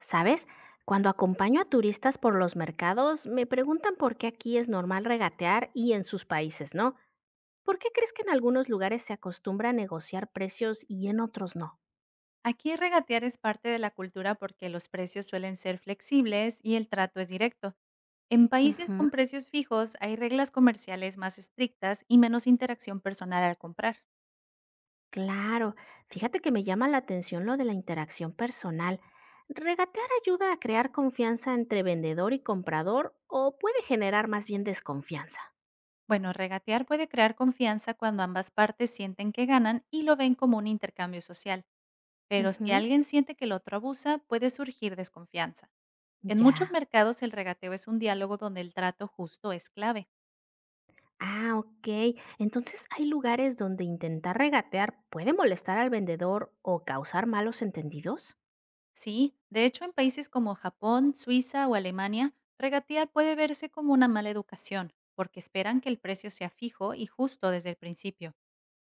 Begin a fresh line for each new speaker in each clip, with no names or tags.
¿Sabes? Cuando acompaño a turistas por los mercados, me preguntan por qué aquí es normal regatear y en sus países no. ¿Por qué crees que en algunos lugares se acostumbra a negociar precios y en otros no?
Aquí regatear es parte de la cultura porque los precios suelen ser flexibles y el trato es directo. En países
Ujú.
con precios fijos hay reglas comerciales más estrictas y menos interacción personal al comprar.
Claro, fíjate que me llama la atención lo de la interacción personal. ¿Regatear ayuda a crear confianza entre vendedor y comprador o puede generar más bien desconfianza?
Bueno, regatear puede crear confianza cuando ambas partes sienten que ganan y lo ven como un intercambio social, pero si
Ujú.
alguien siente que el otro abusa, puede surgir desconfianza. En muchos
Ya.
mercados el regateo es un diálogo donde el trato justo es clave.
Ah, ok. Entonces, ¿hay lugares donde intentar regatear puede molestar al vendedor o causar malos entendidos?
Sí, de hecho en países como Japón, Suiza o Alemania, regatear puede verse como una mala educación, porque esperan que el precio sea fijo y justo desde el principio.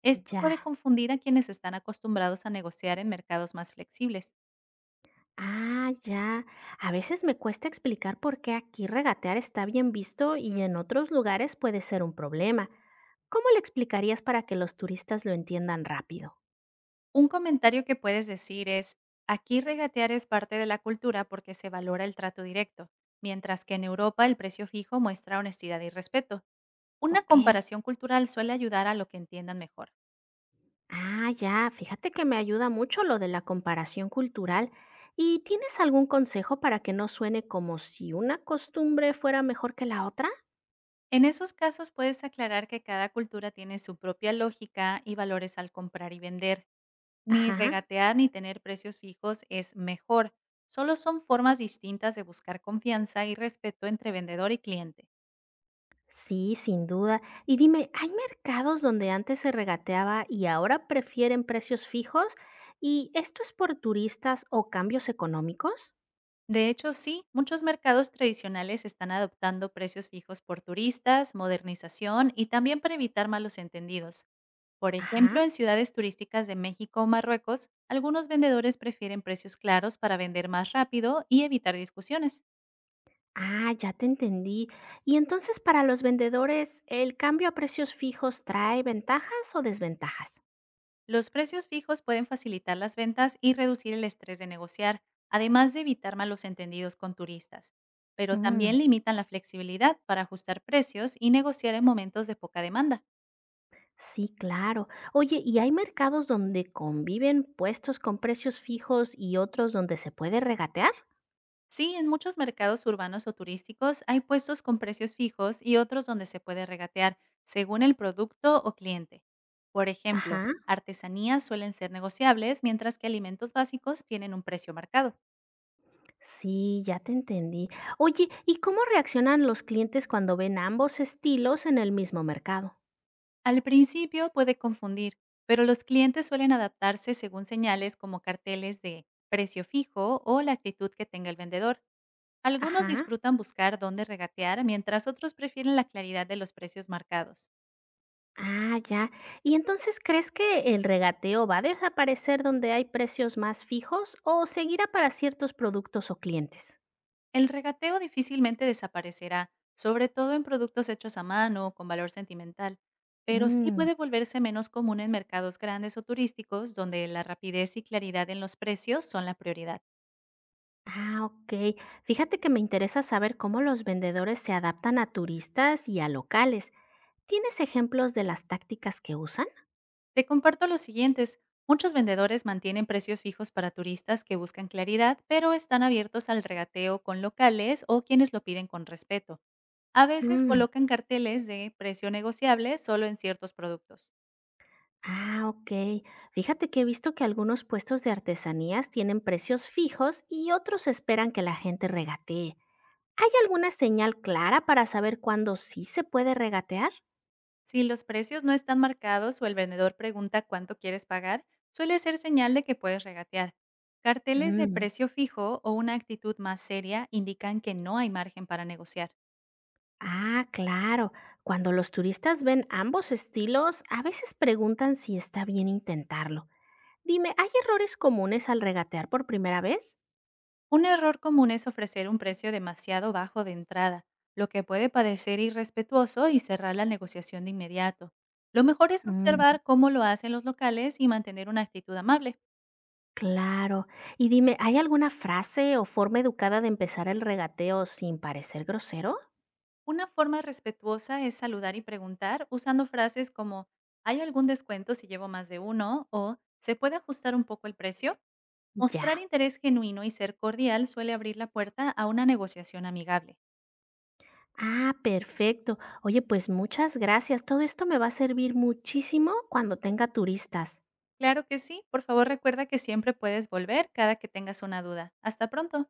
Esto puede
Ya.
confundir a quienes están acostumbrados a negociar en mercados más flexibles.
Ah, ya. A veces me cuesta explicar por qué aquí regatear está bien visto y en otros lugares puede ser un problema. ¿Cómo le explicarías para que los turistas lo entiendan rápido?
Un comentario que puedes decir es, aquí regatear es parte de la cultura porque se valora el trato directo, mientras que en Europa el precio fijo muestra honestidad y respeto. Una
Ok.
comparación cultural suele ayudar a lo que entiendan mejor.
Ah, ya. Fíjate que me ayuda mucho lo de la comparación cultural. ¿Y tienes algún consejo para que no suene como si una costumbre fuera mejor que la otra?
En esos casos puedes aclarar que cada cultura tiene su propia lógica y valores al comprar y vender. Ni
Ajá,
regatear ni tener precios fijos es mejor. Solo son formas distintas de buscar confianza y respeto entre vendedor y cliente.
sí, sin duda. Y dime, ¿hay mercados donde antes se regateaba y ahora prefieren precios fijos? ¿Y esto es por turistas o cambios económicos?
De hecho, sí, muchos mercados tradicionales están adoptando precios fijos por turistas, modernización y también para evitar malos entendidos. Por
Ajá.
ejemplo, en ciudades turísticas de México o Marruecos, algunos vendedores prefieren precios claros para vender más rápido y evitar discusiones.
Ah, ya te entendí. Y entonces para los vendedores, ¿el cambio a precios fijos trae ventajas o desventajas?
Los precios fijos pueden facilitar las ventas y reducir el estrés de negociar, además de evitar malos entendidos con turistas, pero
Mm.
también limitan la flexibilidad para ajustar precios y negociar en momentos de poca demanda.
Sí, claro. Oye, ¿y hay mercados donde conviven puestos con precios fijos y otros donde se puede regatear?
Sí, en muchos mercados urbanos o turísticos hay puestos con precios fijos y otros donde se puede regatear según el producto o cliente. Por ejemplo,
Ajá.
artesanías suelen ser negociables mientras que alimentos básicos tienen un precio marcado.
Sí, ya te entendí. Oye, ¿y cómo reaccionan los clientes cuando ven ambos estilos en el mismo mercado?
Al principio puede confundir, pero los clientes suelen adaptarse según señales como carteles de precio fijo o la actitud que tenga el vendedor. Algunos
Ajá.
disfrutan buscar dónde regatear, mientras otros prefieren la claridad de los precios marcados.
Ah, ya. ¿Y entonces crees que el regateo va a desaparecer donde hay precios más fijos o seguirá para ciertos productos o clientes?
El regateo difícilmente desaparecerá, sobre todo en productos hechos a mano o con valor sentimental, pero sí
Mm.
puede volverse menos común en mercados grandes o turísticos, donde la rapidez y claridad en los precios son la prioridad.
Ah, ok. Fíjate que me interesa saber cómo los vendedores se adaptan a turistas y a locales. ¿Tienes ejemplos de las tácticas que usan?
Te comparto los siguientes. Muchos vendedores mantienen precios fijos para turistas que buscan claridad, pero están abiertos al regateo con locales o quienes lo piden con respeto. A veces
Mm.
colocan carteles de precio negociable solo en ciertos productos.
Ah, ok. Fíjate que he visto que algunos puestos de artesanías tienen precios fijos y otros esperan que la gente regatee. ¿Hay alguna señal clara para saber cuándo sí se puede regatear?
Si los precios no están marcados o el vendedor pregunta cuánto quieres pagar, suele ser señal de que puedes regatear. Carteles de
Mm.
precio fijo o una actitud más seria indican que no hay margen para negociar.
Ah, claro. Cuando los turistas ven ambos estilos, a veces preguntan si está bien intentarlo. Dime, ¿hay errores comunes al regatear por primera vez?
Un error común es ofrecer un precio demasiado bajo de entrada, lo que puede parecer irrespetuoso y cerrar la negociación de inmediato. Lo mejor es
Mm.
observar cómo lo hacen los locales y mantener una actitud amable.
Claro. Y dime, ¿hay alguna frase o forma educada de empezar el regateo sin parecer grosero?
Una forma respetuosa es saludar y preguntar usando frases como ¿hay algún descuento si llevo más de uno? O ¿se puede ajustar un poco el precio? Mostrar
Ya.
interés genuino y ser cordial suele abrir la puerta a una negociación amigable.
Ah, perfecto. Oye, pues muchas gracias. Todo esto me va a servir muchísimo cuando tenga turistas.
Claro que sí. Por favor, recuerda que siempre puedes volver cada que tengas una duda. Hasta pronto.